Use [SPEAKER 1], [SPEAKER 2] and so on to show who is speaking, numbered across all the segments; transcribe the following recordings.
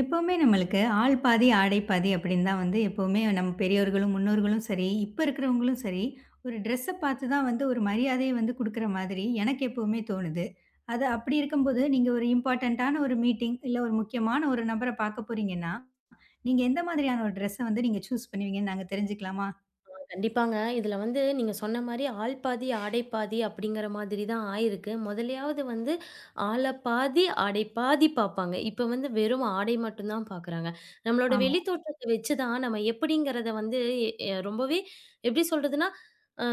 [SPEAKER 1] எப்பவுமே நம்மளுக்கு ஆள் பாதி, ஆடை பாதி அப்படின்னு தான் வந்து எப்பவுமே நம்ம பெரியோர்களும், முன்னோர்களும் சரி, இப்ப இருக்கிறவங்களும் சரி, ஒரு ட்ரெஸ்ஸ பார்த்து தான் வந்து ஒரு மரியாதைய வந்து குடுக்குற மாதிரி எனக்கு எப்பவுமே தோணுது. அது அப்படி இருக்கும்போது, நீங்க ஒரு இம்பார்ட்டன்ட்டான ஒரு மீட்டிங், இல்ல ஒரு முக்கியமான ஒரு நபர பார்க்க போறீங்கன்னா, நீங்க எந்த மாதிரியான ஒரு ட்ரெஸ்ஸ வந்து நீங்க சூஸ் பண்ணுவீங்கன்னு நாங்க தெரிஞ்சுக்கலாமா?
[SPEAKER 2] கண்டிப்பாங்க. இதுல வந்து நீங்க சொன்ன மாரி, "ஆள் பாதி, ஆடை பாதி" அப்படிங்கிற மாதிரி தான் ஆயிருக்கு. முதலையாவது வந்து ஆள பாதி, ஆடை பாதி பாப்பாங்க. இப்ப வந்து வெறும் ஆடை மட்டும் தான் பாக்குறாங்க. நம்மளோட
[SPEAKER 1] ஆமா.
[SPEAKER 2] வெளி தோற்றத்த வச்சு தான் நம்ம எப்படிங்கிறத வந்து எ எ- ரொம்பவே எப்படி சொல்றதுன்னா, அ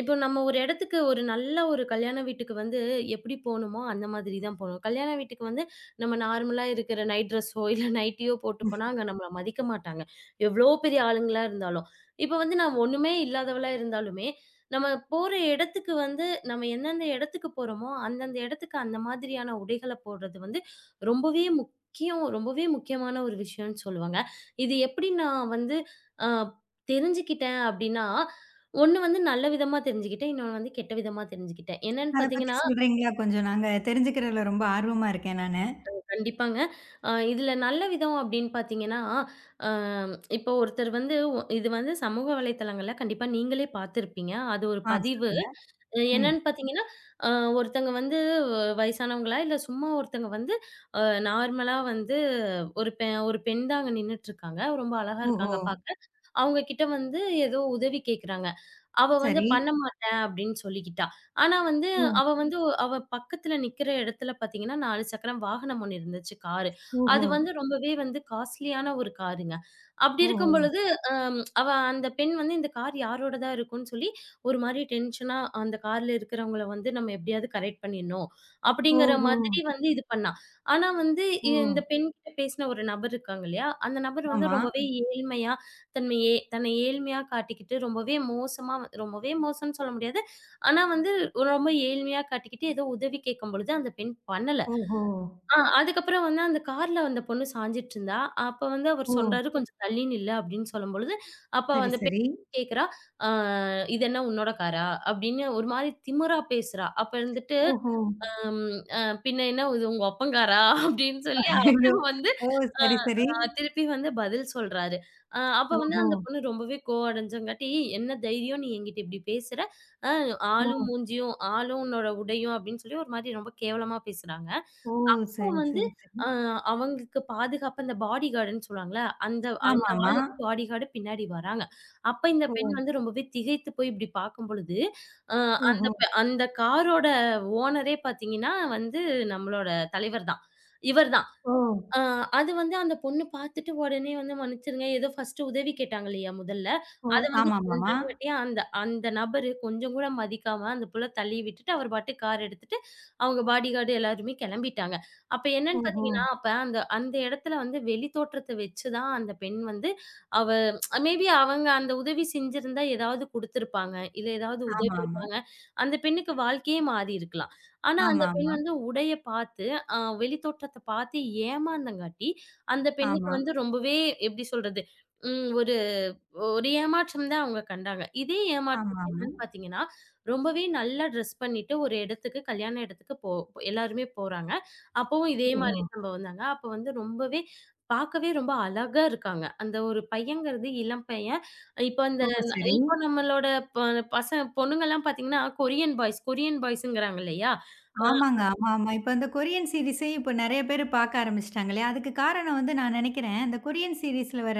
[SPEAKER 2] இப்போ நம்ம ஒரு இடத்துக்கு ஒரு நல்ல ஒரு கல்யாண வீட்டுக்கு வந்து எப்படி போணுமோ, அந்த மாதிரி தான் போணும். கல்யாண வீட்டுக்கு வந்து நம்ம நார்மலா இருக்கிற நைட் ட்ரெஸ்ஸோ, இல்ல நைட்டியோ போட்டு போனா, அங்க நம்மள மதிக்க மாட்டாங்க. எவ்வளோ பெரிய ஆளுங்களா இருந்தாலும். இப்ப வந்து நான் ஒண்ணுமே இல்லாதவளா இருந்தாலுமே, நம்ம போற இடத்துக்கு வந்து நம்ம எந்தெந்த இடத்துக்கு போறோமோ, அந்தந்த இடத்துக்கு அந்த மாதிரியான உடைகள போடுறது வந்து ரொம்பவே முக்கியம். ரொம்பவே முக்கியமான ஒரு விஷயம்னு சொல்லுவாங்க. இது எப்படி நான் வந்து அ தெரிஞ்சுக்கிட்டேன் அப்படின்னா, ஒண்ணு வந்து நல்ல விதமா தெரிஞ்சுக்கிட்டேன். இன்னொன்னு வந்து கெட்ட விதமா தெரிஞ்சுக்கிட்டேன். என்னன்னு
[SPEAKER 1] அத பத்தி
[SPEAKER 2] பார்த்தீங்கன்னா,
[SPEAKER 1] சொல்றீங்களா கொஞ்சம்? நாங்க தெரிஞ்சுக்கிறதுல ரொம்ப ஆர்வமா இருக்கேன் நானு.
[SPEAKER 2] கண்டிப்பாங்க. இதுல நல்ல விதம் அப்படின்னு பார்த்தீங்கன்னா, அ இப்போ ஒருத்தர் வந்து இது வந்து சமூக வலைதளங்கள்ல கண்டிப்பா நீங்களே பார்த்திருப்பீங்க. அது ஒரு
[SPEAKER 1] ஆ,
[SPEAKER 2] பதிவு.
[SPEAKER 1] சொல்லுங்க. ம்.
[SPEAKER 2] என்னன்னு பார்த்தீங்கன்னா, அ ஒருத்தங்க வந்து வயசானவங்களா, இல்ல சும்மா ஒருத்தங்க வந்து அ நார்மலா வந்து ஒரு பெண் தான் அங்க நின்னுட்டுருக்காங்க. ரொம்ப அழகா
[SPEAKER 1] ஓஹோ!
[SPEAKER 2] இருக்காங்க பார்க்க. அவங்க கிட்ட வந்து ஏதோ உதவி கேட்குறாங்க. அவ வந்து
[SPEAKER 1] சரி.
[SPEAKER 2] பண்ண மாட்டேன் அப்படின்னு சொல்லிக்கிட்டா. ஆனா வந்து
[SPEAKER 1] ஓ!
[SPEAKER 2] அவ வந்து அவ பக்கத்துல நிக்கிற இடத்துல பார்த்தீங்கன்னா, 4 சக்கரம் வாகனம் ஒண்ணு இருந்துச்சு காரு.
[SPEAKER 1] ஓஹோ!
[SPEAKER 2] அது வந்து ரொம்பவே வந்து காஸ்ட்லியான ஒரு காருங்க. அப்படி
[SPEAKER 1] ஓஹோ!
[SPEAKER 2] இருக்கும் பொழுது, அம் அவ அந்த பெண் வந்து இந்த கார் யாரோடதா இருக்கும்ன்னு சொல்லி ஒரு மாரி டென்ஷனா அந்த கார்ல இருக்கிறவங்கள வந்து நம்ம எப்படியாவது கரெக்ட் பண்ணிடணும். அப்படிங்கிற
[SPEAKER 1] ஓஹோ!
[SPEAKER 2] மாதிரி வந்து இது பண்ணா. ஆனா வந்து
[SPEAKER 1] ஓ!
[SPEAKER 2] இந்த பெண்கிட்ட பேசின ஒரு நபர் இருக்காங்க இல்லையா? அந்த நபர் வந்து
[SPEAKER 1] ஆமா.
[SPEAKER 2] ரொம்பவே ஏழ்மையா தன்மை ஏ தன்னை ஏழ்மையா காட்டிக்கிட்டு ரொம்பவே மோசமா ரொம்பவே மோசம்ன்னு சொல்ல முடியாது. ஆனா வந்து ரொம்ப ஏழ்மையா காட்டிக்கிட்டு ஏதோ உதவி கேட்கும் பொழுது அந்த பெண் பண்ணல.
[SPEAKER 1] ஓஹோ!
[SPEAKER 2] அதுக்கப்புறம் வந்து அந்த கார்ல அந்த பொண்ணு சாஞ்சிட்டு இருந்தா. அப்ப வந்து அவர்
[SPEAKER 1] ஓ!
[SPEAKER 2] சொல்றாரு, "கொஞ்சம் தள்ளி நில்லு" அப்படின்னு சொல்லும்பொழுது, அப்ப
[SPEAKER 1] சரி,
[SPEAKER 2] அந்த பெண்
[SPEAKER 1] சரி.
[SPEAKER 2] கேட்கிறா, "ஆ இது என்ன உன்னோட காரா?" அப்படின்னு ஒரு மாரி திமிரா பேசுறா. அப்ப இருந்துட்டு,
[SPEAKER 1] ஓஹோ!
[SPEAKER 2] "ம் பின்ன என்ன இது உங்க அப்பன் காரா?" அப்படின்னு சொல்லி
[SPEAKER 1] ஐயோ!
[SPEAKER 2] அவரும் வந்து
[SPEAKER 1] ஓ! சரி, சரி.
[SPEAKER 2] திருப்பி வந்து பதில் சொல்றாரு. அ அப்ப வந்து
[SPEAKER 1] ஓஹோ!
[SPEAKER 2] அந்த பொண்ணு ரொம்பவே கோவடைஞ்சங்காட்டி, "என்ன தைரியம் நீ என்கிட்ட இப்படி பேசுற? அ
[SPEAKER 1] ஓ!
[SPEAKER 2] ஆளும் மூஞ்சியும், ஆளும் உன்னோட உடையும்" அப்படின்னு சொல்லி ஒரு மாரி ரொம்ப கேவலமா பேசுறாங்க.
[SPEAKER 1] ஓ!
[SPEAKER 2] அப்போ
[SPEAKER 1] சரி,
[SPEAKER 2] வந்து
[SPEAKER 1] சரி, சரி.
[SPEAKER 2] அ அவங்களுக்கு பாதுகாப்பு அந்த பாடி கார்டுன்னு சொல்லுவாங்கல்ல, அந்த அந்த
[SPEAKER 1] ஆமாமா.
[SPEAKER 2] ஆளுக்கு பாடி கார்டு பின்னாடி வராங்க. அப்ப இந்த
[SPEAKER 1] ஓ!
[SPEAKER 2] பெண் வந்து ரொம்பவே திகைத்து போய் இப்படி பார்க்கும் பொழுது, அ
[SPEAKER 1] ஓஹோ!
[SPEAKER 2] அந்த காரோட ஓனரே பார்த்தீங்கன்னா வந்து நம்மளோட தலைவர் தான். இவர் தான்.
[SPEAKER 1] ஓ!
[SPEAKER 2] ஆ அது வந்து அந்த பொண்ணு பார்த்துட்டு உடனே வந்து மன்னிச்சிருங்க, ஏதோ ஃபர்ஸ்ட்டு உதவி கேட்டாங்க இல்லையா முதல்ல,
[SPEAKER 1] ஓ!
[SPEAKER 2] அத வந்து
[SPEAKER 1] ஆமாமாமா.
[SPEAKER 2] பண்றங்காட்டி அந்த அந்த நபரு கொஞ்சம் கூட மதிக்காம அந்த புள்ள தள்ளி விட்டுட்டு, அவர் பாட்டுக்கு கார் எடுத்துட்டு, அவங்க பாடிகார்டு எல்லாருமே கெளம்பிட்டாங்க. அப்ப என்னன்னு
[SPEAKER 1] ஓஹோ!
[SPEAKER 2] பார்த்தீங்கன்னா, அப்ப அந்த அந்த இடத்துல வந்து வெளி தோற்றத்த வச்சு தான் அந்த பெண் வந்து அவ மேபி அவங்க அந்த உதவி செஞ்சிருந்தா ஏதாவது குடுத்துருப்பாங்க. இல்ல ஏதாவது உதவி
[SPEAKER 1] ஆமாமா.
[SPEAKER 2] இருப்பாங்க. அந்த பெண்ணுக்கு வாழ்க்கையே மாறி இருக்கலாம். ஆனா அந்த பெண்
[SPEAKER 1] ஆமாமா.
[SPEAKER 2] வந்து உடைய பார்த்து ஆ வெளித்தோற்றத்த பாத்து ஏமாந்தங்காட்டி, அந்த பெண்ணுக்கு
[SPEAKER 1] ஆமா.
[SPEAKER 2] வந்து ரொம்பவே எப்படி சொல்றது? ம் ஒரு ஒரு ஏமாற்றம் தான் அவங்க கண்டாங்க. இதே ஏமாற்றம்
[SPEAKER 1] ஆமாமா.
[SPEAKER 2] என்னன்னு பாத்தீங்கன்னா, ரொம்பவே நல்லா ட்ரெஸ் பண்ணிட்டு ஒரு இடத்துக்கு கல்யாண இடத்துக்கு போ போ- எல்லாருமே போறாங்க. அப்பவும் இதே
[SPEAKER 1] ஓஹோ!
[SPEAKER 2] மாரி சம்பவம் தாங்க. அப்ப வந்து ரொம்பவே பாக்கவே ரொம்ப அழகா இருக்காங்க. அந்த ஒரு பையன்ங்கிறது இளம் பையன். இப்ப அந்த
[SPEAKER 1] ஓ! சரி.
[SPEAKER 2] இப்போ நம்மளோட ப பச பொண்ணுங்கலாம் பாத்தீங்கன்னா, கொரியன் பாய்ஸ் கொரியன் பாய்ஸ்ங்கிறாங்க இல்லையா?
[SPEAKER 1] ஆமாங்க. ஆமா, ஆமா. இப்ப இந்த கொரியன் சீரிஸே இப்ப நெறைய பேரு பாக்க ஆரம்பிச்சுட்டாங்களே! அதுக்கு காரணம் வந்து நான் நெனைக்கிறேன், இந்த கொரியன் சீரிஸ்ல வர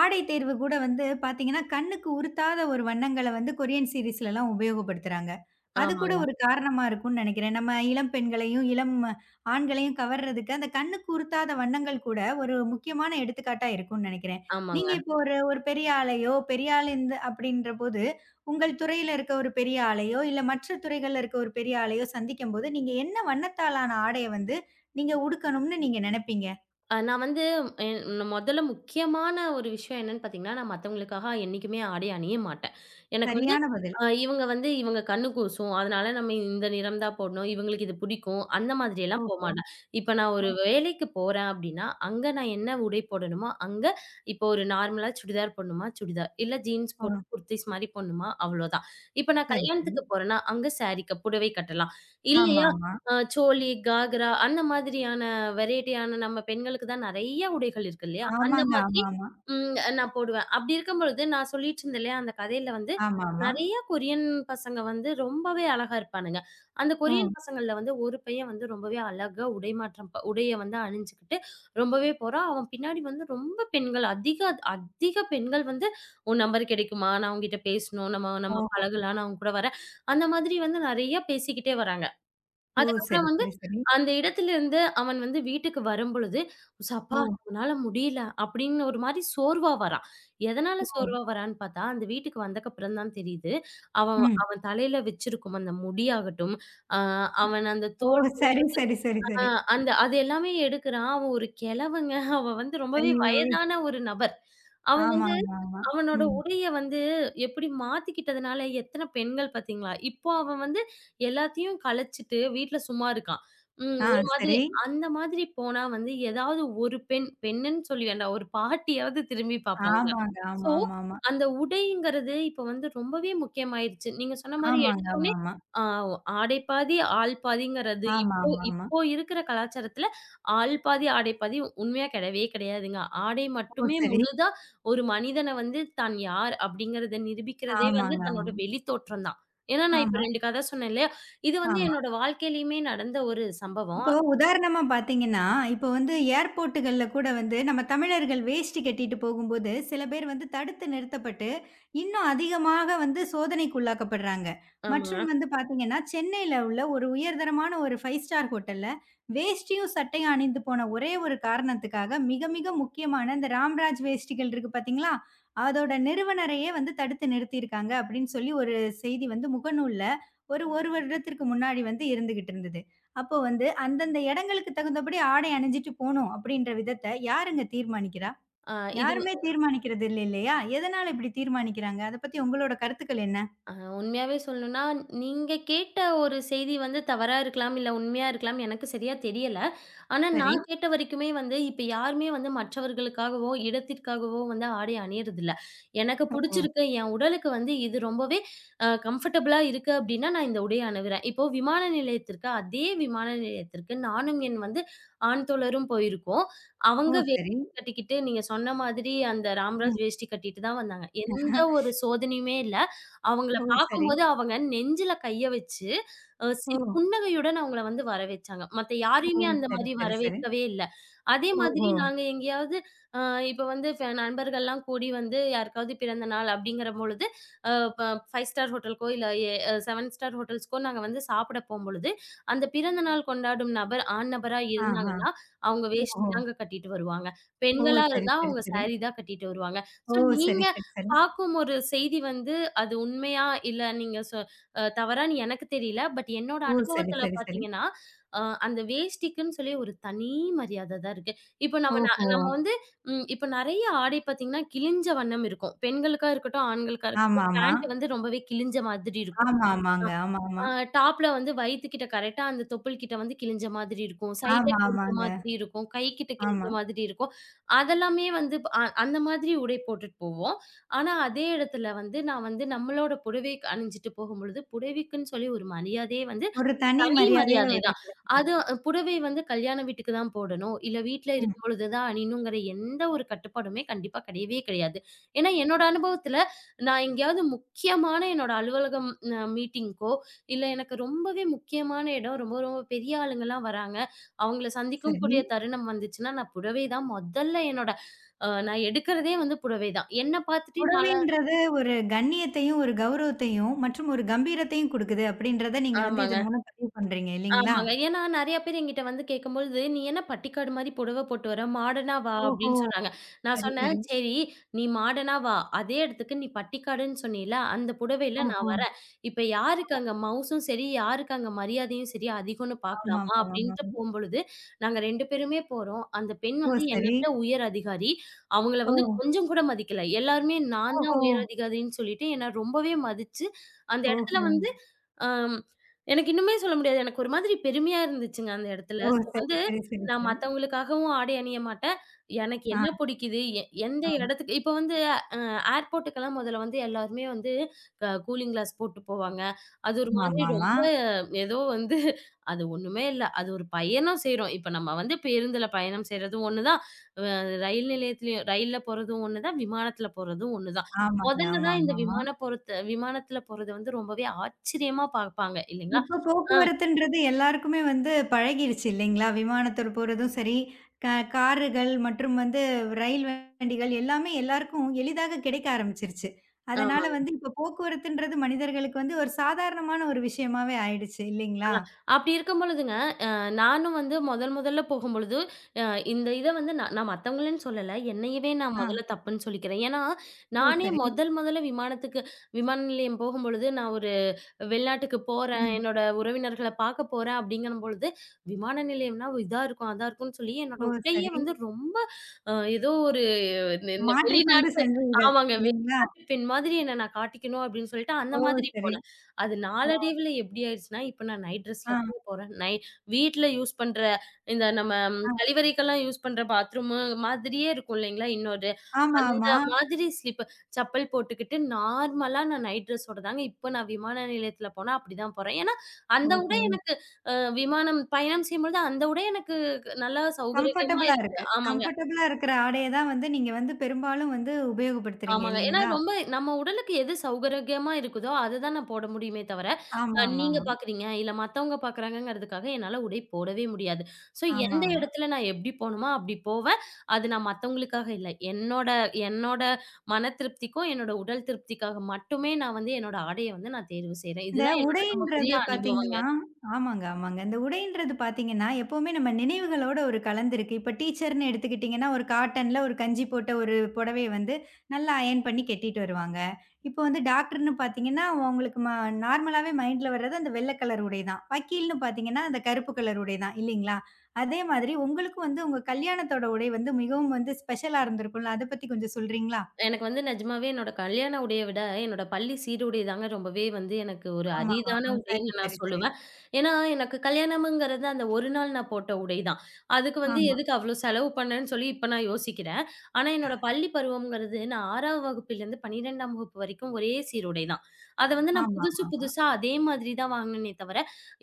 [SPEAKER 1] ஆடை தேர்வு கூட வந்து பாத்தீங்கன்னா, கண்ணுக்கு உறுத்தாத ஒரு வண்ணங்கள வந்து கொரியன் சீரிஸ்லலாம் உபயோகப்படுத்துறாங்க. அது கூட
[SPEAKER 2] ஆமாங்க,
[SPEAKER 1] ஒரு காரணமா இருக்கும்ன்னு நெனைக்கிறேன். நம்ம இளம் பெண்களையும், இளம் ஆண்களையும் கவர்றதுக்கு அந்த கண்ணுக்கு உறுத்தாத வண்ணங்கள் கூட ஒரு முக்கியமான எடுத்துக்காட்டா இருக்கும்ன்னு நெனைக்கிறேன். நீங்க
[SPEAKER 2] ஆமாங்க.
[SPEAKER 1] இப்போ ஒரு ஒரு பெரிய ஆளையோ, பெரிய ஆள் இந்த அப்படின்ற போது உங்கள் துறையில இருக்க ஒரு பெரிய ஆளையோ, இல்ல மற்ற துறைகள்ல இருக்க ஒரு பெரிய ஆளையோ சந்திக்கும்போது, நீங்க என்ன வண்ணத்தாலான ஆடைய வந்து நீங்க உடுக்கணும்னு நீங்க நெனைப்பீங்க?
[SPEAKER 2] அ நான் வந்து என் மொதல்ல முக்கியமான ஒரு விஷயம் என்னன்னு பார்த்தீங்கன்னா, நான் மத்தவங்களுக்காக என்னைக்குமே ஆடை அணிய மாட்டேன். எனக்கு வந்து
[SPEAKER 1] சரியான பதில்.
[SPEAKER 2] அ இவங்க வந்து இவங்க கண்ணு கூசும். அதனால நம்ம இந்த நிறம் தான் போடணும். இவங்களுக்கு இது பிடிக்கும். அந்த மாதிரியெல்லாம்
[SPEAKER 1] ஓஹோ!
[SPEAKER 2] போமாட்டேன். இப்ப நான்
[SPEAKER 1] ஓ,
[SPEAKER 2] ஒரு வேலைக்கு போறேன் அப்படின்னா, அங்க நான் என்ன உடை போடணுமோ, அங்க இப்போ ஒரு நார்மலா சுடிதார் போடணுமா, சுடிதார். இல்ல ஜீன்ஸ்
[SPEAKER 1] ஓ.
[SPEAKER 2] போட்டு குர்தீஸ் மாரி போடணுமா, அவ்வளோதான். இப்ப நான்
[SPEAKER 1] சரி, சரி.
[SPEAKER 2] கல்யாணத்துக்கு போறேன்னா, அங்க சாரீ புடவை கட்டலாம். இல்லையா
[SPEAKER 1] ஆமாமா.
[SPEAKER 2] அ சோலி, காக்ரா அந்த மாதிரியான வெரைட்டியான நம்ம பெண்களுக்கு தான் நெறைய உடைகள் இருக்கு இல்லையா? அந்த
[SPEAKER 1] ஆமாங்க.
[SPEAKER 2] மாதிரி
[SPEAKER 1] ஆமாமா.
[SPEAKER 2] நான் போடுவேன். அப்படி இருக்கும்பொழுது நான் சொல்லிட்டு இருந்தேன் இல்லையா? அந்த கதையில வந்து
[SPEAKER 1] ஆமாமா.
[SPEAKER 2] நெறைய கொரியன் பசங்க வந்து ரொம்பவே அழகா இருப்பானுங்க. அந்த
[SPEAKER 1] ஓ!
[SPEAKER 2] கொரியன் பசங்கள்ல வந்து ஒரு பையன் வந்து ரொம்பவே அழகா உடை மாற்றம் உடைய வந்து அணிஞ்சுக்கிட்டு ரொம்பவே போறான். அவன் பின்னாடி வந்து ரொம்ப பெண்கள் அதிக அதிக பெண்கள் வந்து "உன் நம்பர் கிடைக்குமா? நான் உன்கிட்ட பேசணும். நம்ம நம்ம
[SPEAKER 1] ஓஹோ!
[SPEAKER 2] பழகலாம். நான் உன் கூட வரேன்." அந்த மாதிரி வந்து நெறைய பேசிக்கிட்டே வராங்க.
[SPEAKER 1] ஓ!
[SPEAKER 2] அதுக்கப்புறம்
[SPEAKER 1] சரி,
[SPEAKER 2] வந்து
[SPEAKER 1] சரி, சரி.
[SPEAKER 2] அந்த இடத்திலிருந்து அவன் வந்து வீட்டுக்கு வரும்பொழுது, "சப்பா
[SPEAKER 1] ஓ!
[SPEAKER 2] நம்மனால முடியல" அப்படின்னு ஒரு மாரி சோர்வா வரான். எதனால
[SPEAKER 1] ஓ!
[SPEAKER 2] சோர்வா வரான்னு பார்த்தா, அந்த வீட்டுக்கு வந்தக்கப்புறம் தான் தெரியுது. அவன்
[SPEAKER 1] ம்.
[SPEAKER 2] அவன் தலையில வச்சிருக்கும் அந்த முடியாகட்டும், அ அவன் அந்த
[SPEAKER 1] ஓ!
[SPEAKER 2] தோல்
[SPEAKER 1] சரி, சரி, சரி,
[SPEAKER 2] அ
[SPEAKER 1] சரி.
[SPEAKER 2] அந்த எல்லாமே எடுக்குறான். அவன் ஒரு கிழவங்க. அவன் வந்து ரொம்பவே
[SPEAKER 1] ஐயோ!
[SPEAKER 2] வயதான ஒரு நபர். அவன்
[SPEAKER 1] ஆமா,
[SPEAKER 2] வந்து
[SPEAKER 1] ஆமா, ஆமா.
[SPEAKER 2] அவனோட
[SPEAKER 1] ம்.
[SPEAKER 2] உடைய வந்து எப்படி மாத்திக்கிட்டதுனால எத்தன பெண்கள் பார்த்தீங்களா? இப்போ அவன் வந்து எல்லாத்தையும் கலச்சிட்டு வீட்ல சும்மா இருக்கான். ம்.
[SPEAKER 1] ஆ,
[SPEAKER 2] ஒரு மாதிரி
[SPEAKER 1] சரி.
[SPEAKER 2] அந்த மாதிரி போனா வந்து ஏதாவது ஒரு பெண், பெண்ணுன்னு சொல்லி வேண்டாம். ஒரு பாட்டியாவது திரும்பி பார்ப்பாங்க.
[SPEAKER 1] ஆமாங்க.
[SPEAKER 2] ஸோ,
[SPEAKER 1] ஆமா, ஆமா, ஆமா.
[SPEAKER 2] அந்த உடைங்கிறது இப்ப வந்து ரொம்பவே முக்கியமாயிருச்சு. நீங்க சொன்ன மாரி
[SPEAKER 1] ஆமாங்க.
[SPEAKER 2] எடுத்தோனே
[SPEAKER 1] ஆமாமா.
[SPEAKER 2] ஆ ஆடை பாதி, ஆள் பாதிங்கிறது
[SPEAKER 1] ஆமா,
[SPEAKER 2] இப்போ
[SPEAKER 1] ஆமா, ஆமா. ஆமா.
[SPEAKER 2] இப்போ இருக்கிற கலாச்சாரத்துல ஆள் பாதி, ஆடை பாதி உண்மையா கிடையவே கிடையாதுங்க. ஆடை
[SPEAKER 1] ஓ!
[SPEAKER 2] மட்டுமே
[SPEAKER 1] சரி.
[SPEAKER 2] முழுதா ஒரு மனிதன வந்து தான் யார் அப்படிங்கிறத நிரூபிக்கிறதே வந்து
[SPEAKER 1] ஆமாங்க. ஆமா.
[SPEAKER 2] தன்னோட வெளித்தோற்றம் தான். ஏன்னா, நான் இப்ப
[SPEAKER 1] ஆமா.
[SPEAKER 2] 2 கதை சொன்னேன் இல்லையா? இது வந்து
[SPEAKER 1] ஆமா.
[SPEAKER 2] என்னோட வாழ்க்கையிலயுமே நடந்த ஒரு சம்பவம்.
[SPEAKER 1] இப்போ உதாரணமா பார்த்தீங்கன்னா, இப்போ வந்து ஏர்போர்ட்டுகள்ல கூட வந்து நம்ம தமிழர்கள் வேஷ்டி கட்டிட்டு போகும்போது, சில பேர் வந்து தடுத்து நிறுத்தப்பட்டு, இன்னும் அதிகமாக வந்து சோதனைக்கு உள்ளாக்கப்படுறாங்க.
[SPEAKER 2] ஆமா.
[SPEAKER 1] மற்றும் வந்து பார்த்தீங்கன்னா, சென்னையில உள்ள ஒரு உயர்தரமான ஒரு 5 ஸ்டார் ஹோட்டல்ல, வேஷ்டியும் சட்டையும் அணிந்து போன ஒரே ஒரு காரணத்துக்காக, மிக மிக முக்கியமான இந்த ராம்ராஜ் வேஷ்டிகள் இருக்கு பார்த்தீங்களா? அதோட நிறுவனரையே வந்து தடுத்து நிறுத்தியிருக்காங்க அப்படின்னு சொல்லி ஒரு செய்தி வந்து முகநூல்ல ஒரு 1 வருடத்திற்கு முன்னாடி வந்து இருந்துகிட்டு இருந்தது. அப்போ வந்து அந்தந்த இடங்களுக்கு தகுந்தபடி ஆடை அணிஞ்சிட்டு போணும் அப்படின்ற விதத்த யாருங்க தீர்மானிக்கிறா?
[SPEAKER 2] அ இது
[SPEAKER 1] யாருமே தீர்மானிக்கிறது இல்ல இல்லையா? எதனால இப்படி தீர்மானிக்கிறாங்க? அத பத்தி உங்களோட கருத்துக்கள் என்ன?
[SPEAKER 2] அ உண்மையாவே சொல்லணும்னா, நீங்க கேட்ட ஒரு செய்தி வந்து தவறா இருக்கலாம், இல்ல உண்மையா இருக்கலாம். எனக்கு சரியா தெரியல. ஆனா
[SPEAKER 1] சரி.
[SPEAKER 2] நான் கேட்ட வரைக்குமே வந்து, இப்ப யாருமே வந்து மற்றவர்களுக்காகவோ, இடத்திற்காகவோ வந்து ஆடை அணியறதில்ல. எனக்கு
[SPEAKER 1] ஓ!
[SPEAKER 2] புடிச்சிருக்கு. என் உடலுக்கு வந்து இது ரொம்பவே அ கம்ஃபர்டபுளா இருக்கு அப்டின்னா, நான் இந்த உடைய அணிவுறேன். இப்போ விமான நிலையத்திற்கு அதே விமான நிலையத்திற்கு நானும் என் வந்து ஆண் தோழரும் போயிருக்கோம்.
[SPEAKER 1] ஓ!
[SPEAKER 2] அவங்க வேஷ்டி
[SPEAKER 1] சரி.
[SPEAKER 2] கட்டிக்கிட்டு நீங்க சொன்ன மாதிரி அந்த ராம்ராஜ்
[SPEAKER 1] ம்.
[SPEAKER 2] வேஷ்டி கட்டிட்டு தான் வந்தாங்க. எந்த ஒரு சோதனையுமே இல்ல. அவங்கள
[SPEAKER 1] ஓ! சரி.
[SPEAKER 2] பார்க்கும்போது அவங்க நெஞ்சில கைய வச்சு, அ சி
[SPEAKER 1] ஓ!
[SPEAKER 2] புன்னகையுடன் அவங்கள வந்து வரவேச்சாங்க. மத்த
[SPEAKER 1] ஓ!
[SPEAKER 2] யாரையுமே அந்த
[SPEAKER 1] சரி,
[SPEAKER 2] மாரி
[SPEAKER 1] சரி, சரி.
[SPEAKER 2] வரவேற்கவே இல்ல. அதே மாதிரி
[SPEAKER 1] ஓஹோ!
[SPEAKER 2] நாங்க எங்கேயாவது அ இப்ப வந்து நண்பர்கள்லாம் கூடி வந்து யாருக்காவது பிறந்த நாள் அப்படிங்கிற பொழுது, அ ப 5 ஸ்டார் ஹோட்டலுக்கோ இல்ல 7 ஸ்டார் ஹோட்டல்ஸ்‌க்கோ நாங்க வந்து சாப்பிட போம்பொழுது, அந்த பிறந்த நாள் கொண்டாடும் நபர் ஆண் நபரா
[SPEAKER 1] ஆஹா!
[SPEAKER 2] இருந்தாங்கன்னா, அவங்க
[SPEAKER 1] ஓஹோ!
[SPEAKER 2] வேஷ்டி தாங்க கட்டிட்டு வருவாங்க.
[SPEAKER 1] ஓ!
[SPEAKER 2] பெண்களா
[SPEAKER 1] சரி,
[SPEAKER 2] இருந்தா
[SPEAKER 1] சரி,
[SPEAKER 2] அவங்க
[SPEAKER 1] சரி.
[SPEAKER 2] சாரி தான் கட்டிட்டு வருவாங்க.
[SPEAKER 1] ஓ!
[SPEAKER 2] ஸோ நீங்க
[SPEAKER 1] சரி, சரி, சரி.
[SPEAKER 2] பார்க்கும் ஒரு செய்தி வந்து அது உண்மையா இல்ல நீங்க சொ அ தவறான்னு எனக்கு தெரியல. பட் என்னோட
[SPEAKER 1] ஓ! சரி,
[SPEAKER 2] அனுபவத்துல
[SPEAKER 1] சரி, சரி.
[SPEAKER 2] பார்த்தீங்கன்னா, அ அந்த வேஷ்டிக்குன்னு சொல்லி ஒரு தனி மரியாத தான் இருக்கு. இப்ப நம்ம
[SPEAKER 1] ஓஹோ!
[SPEAKER 2] நம்ம வந்து இப்ப நெறைய ஆடை பார்த்தீங்கன்னா, கிழிஞ்ச வண்ணம் இருக்கும். பெண்களுக்கா இருக்கட்டும், ஆண்களுக்கா இருக்கட்டும்,
[SPEAKER 1] ஆமாமா.
[SPEAKER 2] பேண்ட் வந்து ரொம்பவே கிழிஞ்ச மாதிரி இருக்கும்.
[SPEAKER 1] ஆமா, ஆமா, ஆமாங்க. ஆமாமா.
[SPEAKER 2] ஆ டாப்ல வந்து வயித்துக்கிட்ட கரெக்ட்டா அந்த தொப்புள்கிட்ட வந்து கிழிஞ்ச மாதிரி இருக்கும். சைடுல
[SPEAKER 1] ஆமா, ஆமா,
[SPEAKER 2] கிழிஞ்ச
[SPEAKER 1] ஆமாங்க.
[SPEAKER 2] மாதிரி இருக்கும். கை கிட்ட கிழிஞ்ச
[SPEAKER 1] ஆமா.
[SPEAKER 2] மாதிரி இருக்கும். அதெல்லாமே வந்து ப் அ அந்த மாதிரி உடை போட்டுட்டு போவோம். ஆனா, அதே இடத்துல வந்து நான் வந்து நம்மளோட புடவைக்கு அணிஞ்சுட்டு போகும்பொழுது, புடவைக்குன்னு சொல்லி ஒரு மரியாதையே வந்து
[SPEAKER 1] ஒரு தனி
[SPEAKER 2] கை
[SPEAKER 1] மரியாதையே
[SPEAKER 2] மரியாதை
[SPEAKER 1] ஒரு
[SPEAKER 2] தான்.
[SPEAKER 1] கிடைக்குது.
[SPEAKER 2] அது புடவை வந்து கல்யாண வீட்டுக்கு தான் போடணும். இல்ல வீட்ல
[SPEAKER 1] ம்.
[SPEAKER 2] இருக்கும்பொழுது தான் அணியணுங்கிற எந்த ஒரு கட்டுப்பாடுமே கண்டிப்பா கிடையவே கிடையாது. ஏன்னா என்னோட அனுபவத்துல நான் எங்கேயாவது முக்கியமான என்னோட அலுவலகம் அ மீட்டிங்க்கோ, இல்ல எனக்கு ரொம்பவே முக்கியமான இடம், ரொம்ப ரொம்ப பெரிய ஆளுங்கலாம் வராங்க. அவங்கள சந்திக்கும்
[SPEAKER 1] சரி.
[SPEAKER 2] கூடிய தருணம் வந்துச்சுன்னா, நான் புடவை தான் முதல்ல என்னோட அ நான் எடுக்கிறதே வந்து புடவை தான். என்ன பார்த்துட்டு நான்லாம்
[SPEAKER 1] புடவைன்றது ஒரு கண்ணியத்தையும், ஒரு கௌரவத்தையும் மற்றும் ஒரு கம்பீரத்தையும் குடுக்குது அப்படின்றத நீங்க வந்து
[SPEAKER 2] ஆமாங்க.
[SPEAKER 1] இதன் மூலம் பதிவு பண்றீங்க இல்லீங்களா?
[SPEAKER 2] ஆமாங்க. ஏன்னா நெறைய பேர் என்கிட்ட வந்து கேட்கும்பொழுது, "நீ என்ன பட்டிக்காடு மாரி புடவ போட்டு வர? மாடர்னா வா"
[SPEAKER 1] ஓஹோ!
[SPEAKER 2] அப்டின்னு சொன்னாங்க. நான்
[SPEAKER 1] சரி,
[SPEAKER 2] சொன்னேன்,
[SPEAKER 1] சரி.
[SPEAKER 2] "சரி, நீ மாடர்னா வா. அதே இடத்துக்கு நீ பட்டிக்காடுன்னு சொன்னீல, அந்த புடவையில நான்
[SPEAKER 1] ஓஹோ!
[SPEAKER 2] வரேன். இப்ப யாருக்கு அங்க மவுசும் சரி, யாருக்கு அங்க மரியாதையும் சரி அதிகம்னு பார்க்கலாமா?"
[SPEAKER 1] ஆமாமாமாமா.
[SPEAKER 2] அப்படின்ட்டு போம்பொழுது, நாங்க 2 பேருமே போறோம். அந்த பெண்
[SPEAKER 1] ஓ!
[SPEAKER 2] வந்து என்ன
[SPEAKER 1] சரி.
[SPEAKER 2] விட உயர் அதிகாரி. அவங்கள
[SPEAKER 1] ஓ!
[SPEAKER 2] வந்து கொஞ்சம் கூட மதிக்கல. எல்லாருமே நான் தான்
[SPEAKER 1] ஓஹோ!
[SPEAKER 2] உயர் அதிகாரின்னு சொல்லிட்டு, என்ன ரொம்பவே மதிச்சு, அந்த இடத்துல
[SPEAKER 1] ஓஹோ!
[SPEAKER 2] வந்து அ எனக்கு இன்னுமே சொல்ல முடியாது. எனக்கு ஒரு மாதிரி பெருமையா இருந்துச்சுங்க அந்த இடத்துல.
[SPEAKER 1] ஓ!
[SPEAKER 2] ஸோ
[SPEAKER 1] சரி,
[SPEAKER 2] வந்து
[SPEAKER 1] சரி, சரி,
[SPEAKER 2] நான்
[SPEAKER 1] சரி.
[SPEAKER 2] மத்தவங்களுக்காகவும் ஆடை அணிய மாட்டேன். எனக்கு
[SPEAKER 1] ஆ,
[SPEAKER 2] என்ன பிடிக்குது? எந்த
[SPEAKER 1] ஆ.
[SPEAKER 2] இடத்துக்கு இப்ப வந்து அ ஏர்போர்ட்டுக்கெல்லாம் முதல்ல வந்து எல்லாருமே வந்து கூலிங் கிளாஸ் போட்டு போவாங்க. அது ஒரு மாதிரி
[SPEAKER 1] ஆமாமாமா.
[SPEAKER 2] ரொம்ப ஏதோ வந்து அது ஒண்ணுமே இல்ல. அது ஒரு பயணம் செய்றோம். இப்ப நம்ம வந்து பேருந்துல பயணம் செய்றதும் ஒண்ணு தான். அ ரயில் நிலையத்திலயும் ரயில்ல போறதும் ஒண்ணு தான். விமானத்தில போறதும் ஒண்ணு தான்.
[SPEAKER 1] ஆமாங்க.
[SPEAKER 2] முதல்ல தான் இந்த
[SPEAKER 1] ஆமாமாமா.
[SPEAKER 2] விமானத்தில போறது வந்து ரொம்பவே ஆச்சரியமா பார்ப்பாங்க இல்லைங்களா?
[SPEAKER 1] இப்ப
[SPEAKER 2] ஆ,
[SPEAKER 1] போக்குவரத்துன்றது எல்லாருக்குமே வந்து பழகிருச்சு இல்லைங்களா? விமானத்துல போறதும் சரி, க காருகள் மற்றும் வந்து ரயில் வண்டிகள் எல்லாமே எல்லாருக்கும் எளிதாக கிடைக்க ஆரம்பிச்சிருச்சு. அதனால
[SPEAKER 2] ஆமாங்க.
[SPEAKER 1] வந்து இப்ப போக்குவரத்துன்றது மனிதர்களுக்கு வந்து ஒரு சாதாரணமான ஒரு விஷயமாவே ஆயிடுச்சு இல்லைங்களா?
[SPEAKER 2] அப்படி இருக்கும் பொழுதுங்க, நானும் வந்து முதல் முதல்ல போகும்பொழுது, அ இந்த இத வந்து நான் நான் மத்தவங்களன்னு சொல்லல. என்னையவே நான்
[SPEAKER 1] ஆ.
[SPEAKER 2] முதல்ல தப்புன்னு சொல்லிக்கிறேன். ஏன்னா,
[SPEAKER 1] ஓ!
[SPEAKER 2] நானே
[SPEAKER 1] சரி.
[SPEAKER 2] முதல் முதல்ல விமானத்துக்கு விமான நிலையம் போகும்பொழுது, நான் ஒரு வெளிநாட்டுக்கு போறேன்,
[SPEAKER 1] ம்.
[SPEAKER 2] என்னோட உறவினர்கள பார்க்க போறேன் அப்படிங்கம்பொழுது, விமான நிலையம்னா இதா இருக்கும், அதா இருக்கும்ன்னு சொல்லி என்னோட
[SPEAKER 1] ஓ!
[SPEAKER 2] உடையே
[SPEAKER 1] சரி.
[SPEAKER 2] வந்து ரொம்ப அ ஏதோ இந்த இந்த
[SPEAKER 1] மாற்றிக்கொண்டு
[SPEAKER 2] வெளிநாட்டு
[SPEAKER 1] சென்றீர்கள்
[SPEAKER 2] ஆமாங்க. வெளிநாட்டு
[SPEAKER 1] இல்லைங்களா?
[SPEAKER 2] பெண் மாதிரி என்ன நான் காட்டிக்கணும் அப்படின்னு சொல்லிட்டு அந்த
[SPEAKER 1] ஓ!
[SPEAKER 2] மாதிரி
[SPEAKER 1] சரி.
[SPEAKER 2] போனேன். அது
[SPEAKER 1] ஓ!
[SPEAKER 2] நாளடைவில எப்படி ஆயிடுச்சுன்னா, இப்ப நான் நைட் ட்ரெஸ்ல
[SPEAKER 1] ஆ,
[SPEAKER 2] தாங்க போறேன். வீட்ல யூஸ் பண்ற இந்த நம்ம
[SPEAKER 1] ஆ.
[SPEAKER 2] கழிவறைக்கெல்லாம் யூஸ் பண்ற பாத்ரூம் மாதிரியே இருக்கும் இல்லைங்களா? இன்னொரு
[SPEAKER 1] ஆமா,
[SPEAKER 2] அந்த
[SPEAKER 1] ஆமா.
[SPEAKER 2] மாதிரி ஸ்லிப் செப்பல் போட்டுக்கிட்டு நார்மலா நான் நைட் ட்ரெஸ்ஸோட தாங்க இப்ப நான் விமான நிலையத்தில போனா அப்படிதான் போறேன். ஏன்னா, அந்த உடை
[SPEAKER 1] ஓஹோ!
[SPEAKER 2] எனக்கு அ விமானம் பயணம் செய்யும்பொழுது அந்த உடை எனக்கு நல்லா சௌகரியமா
[SPEAKER 1] கம்ஃபர்டபுளா
[SPEAKER 2] இருக்கு.
[SPEAKER 1] இருக்கு.
[SPEAKER 2] ஆமாங்க.
[SPEAKER 1] கம்ஃபர்டபுளா இருக்கிற ஆடைய தான் வந்து நீங்க வந்து பெரும்பாலும் வந்து உபயோகப்படுத்துறீங்க
[SPEAKER 2] ஆமாங்க. ஏன்னா
[SPEAKER 1] இல்லீங்களா?
[SPEAKER 2] ரொம்ப நம்ம உடலுக்கு எது சௌகரியமா இருக்குதோ, அததான் நான் போட முடியுமே தவிர, அ நீங்க
[SPEAKER 1] ஆமாமாமா.
[SPEAKER 2] பார்க்குறீங்க, இல்ல மத்தவங்க பார்க்குறாங்கங்கிறதுக்காக என்னால உடை போடவே முடியாது. ஸோ எந்த
[SPEAKER 1] ஆமாமா.
[SPEAKER 2] இடத்துல நான் எப்படி போணுமோ அப்படி போவேன். அது நான் மத்தவங்களுக்காக இல்ல. என்னோட என்னோட மன திருப்திக்கும், என்னோட உடல் திருப்திக்காக மட்டுமே நான் வந்து என்னோட ஆடைய வந்து நான் தேர்வு செய்றேன்.
[SPEAKER 1] இந்த
[SPEAKER 2] இதுதான் என்னோட ரொம்ப பெரிய
[SPEAKER 1] உடைன்றது
[SPEAKER 2] அனுபவம்.
[SPEAKER 1] பார்த்தீங்கன்னா ஆமாங்க, ஆமாங்க. இந்த உடைன்றது பார்த்தீங்கன்னா, எப்பவுமே நம்ம நினைவுகளோட ஒரு கலந்திருக்கு. இப்ப டீச்சர்ன்னு எடுத்துக்கிட்டீங்கன்னா, ஒரு காட்டன்ல ஒரு கஞ்சி போட்ட ஒரு புடவைய வந்து நல்லா அயர்ன் பண்ணி கட்டிட்டு வருவாங்க. இப்போ வந்து டாக்டர்ன்னு பார்த்தீங்கன்னா, உங்களுக்கு நார்மலாவே மைண்ட்ல வர்றது அந்த வெள்ள கலர் உடை தான். வக்கீல்ன்னு பார்த்தீங்கன்னா, அந்த கருப்பு கலர் உடை தான் இல்லீங்களா? அதே மாதிரி உங்களுக்கும் வந்து உங்க கல்யாணத்தோட உடை வந்து மிகவும் வந்து ஸ்பெஷலா இருந்திருக்கும்ல. அத பத்தி கொஞ்சம் சொல்றீங்களா?
[SPEAKER 2] எனக்கு வந்து நிஜமாவே என்னோட கல்யாண உடைய விட, என்னோட பள்ளி சீருடை தாங்க ரொம்பவே வந்து எனக்கு ஒரு அரிதான
[SPEAKER 1] ஆமாமாமா. சரி,
[SPEAKER 2] உடைன்னு நான்
[SPEAKER 1] சரி, சரி.
[SPEAKER 2] சொல்லுவேன். ஏன்னா, எனக்கு கல்யாணம்ங்கிறது அந்த ஒரு நாள் நான் போட்ட உடை தான். அதுக்கு வந்து
[SPEAKER 1] ஆமா.
[SPEAKER 2] எதுக்கு அவ்ளோ செலவு பண்ணேன்னு சொல்லி இப்ப நான் யோசிக்கிறேன். ஆனா, என்னோட பள்ளி பருவம்ங்கிறது நான் 6வது வகுப்பிலேருந்து 12ஆம் வகுப்பு வரைக்கும் ஒரே சீருடை தான். அத வந்து நான் புதுசு
[SPEAKER 1] ஆமாமாமா.
[SPEAKER 2] புதுசா அதே மாதிரி தான் வாங்கினேனே தவிர,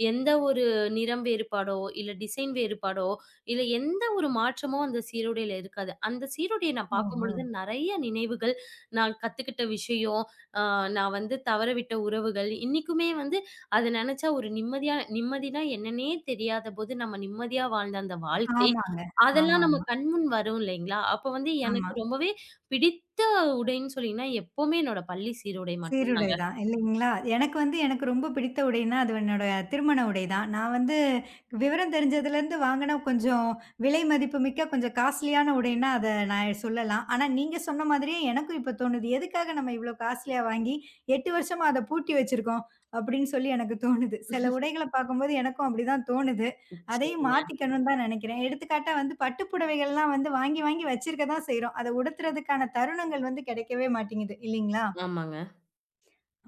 [SPEAKER 2] எந்த ஒரு நிறம் வேறுபாடோ, இல்ல டிசைன் வேறுபாடோ, இல்ல எந்த ஒரு மாற்றமும் அந்த சீருடையில இருக்காது. அந்த சீருடைய நான்
[SPEAKER 1] ஓஹோ!
[SPEAKER 2] பார்க்கும்பொழுது நெறைய நினைவுகள், நான் கத்துக்கிட்ட விஷயம், அ நான் வந்து தவறவிட்ட உறவுகள், இன்னைக்குமே வந்து அத நெனச்சா ஒரு நிம்மதினா என்னன்னே தெரியாதபோது நம்ம நிம்மதியா வாழ்ந்த அந்த வாழ்க்கை,
[SPEAKER 1] ஆமாங்க.
[SPEAKER 2] அதெல்லாம் நம்ம
[SPEAKER 1] ஆமாமா.
[SPEAKER 2] கண்முன் வரும் இல்லைங்களா? அப்ப வந்து
[SPEAKER 1] ஆமா.
[SPEAKER 2] எனக்கு
[SPEAKER 1] ஆமா.
[SPEAKER 2] ரொம்பவே பிடித்த உடைன்னு சொன்னீங்கன்னா, எப்பவுமே என்னோட பள்ளி சீருடை மட்டும்
[SPEAKER 1] சீருடை
[SPEAKER 2] தாங்க.
[SPEAKER 1] தான் இல்லைங்களா? எனக்கு வந்து எனக்கு ரொம்ப பிடித்த உடைன்னா, அது என்னோட திருமண உடை தான். நான் வந்து விவரம் தெரிஞ்சதுலேருந்து வாங்குன கொஞ்சம் விலை மதிப்புமிக்க கொஞ்சம் காஸ்ட்லியான உடைன்னா, அத நான் சொல்லலாம். ஆனா நீங்க சொன்ன மாதிரியே எனக்கும் இப்ப தோணுது. எதுக்காக நம்ம இவ்ளோ காஸ்ட்லியா வாங்கி 8 வருஷமா அத பூட்டி வச்சிருக்கோம்? அப்படின்னு சொல்லி எனக்கு தோணுது. சில உடைகள பார்க்கும்போது எனக்கும் அப்படிதான் தோணுது. அதையும்
[SPEAKER 2] சரிங்க.
[SPEAKER 1] மாத்திக்கணும்னு தான் நெனைக்கிறேன். எடுத்துக்காட்டா வந்து பட்டு புடவைகள்லாம் வந்து வாங்கி வாங்கி வச்சிருக்க தான் செய்றோம். அத உடுத்துறதுக்கான தருணங்கள் வந்து கிடைக்கவே மாட்டேங்குது இல்லைங்களா?
[SPEAKER 2] ஆமாங்க.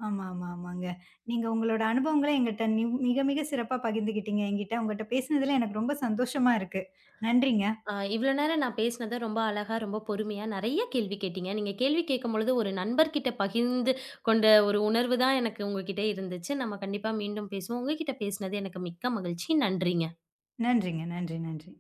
[SPEAKER 1] ஆமா, ஆமா, ஆமாங்க. நீங்க உங்களோட அனுபவங்கள எங்கிட்ட மிக, மிக சிறப்பா பகிர்ந்துக்கிட்டீங்க என்கிட்ட. உங்கட்ட பேசினதுல எனக்கு ரொம்ப சந்தோஷமா இருக்கு. நன்றிங்க.
[SPEAKER 2] ஆ இவ்வளோ நேரம் நான் பேசினத ரொம்ப அழகா, ரொம்ப பொறுமையா நெறைய கேள்வி கேட்டீங்க. நீங்க கேள்வி கேட்கும்பொழுது ஒரு நண்பர்கிட்ட பகிர்ந்து கொண்ட ஒரு உணர்வு தான் எனக்கு உங்ககிட்ட இருந்துச்சு. நம்ம கண்டிப்பா மீண்டும் பேசுவோம். உங்ககிட்ட பேசினது எனக்கு மிக்க மகிழ்ச்சி. நன்றிங்க.
[SPEAKER 1] நன்றிங்க. நன்றி, நன்றி.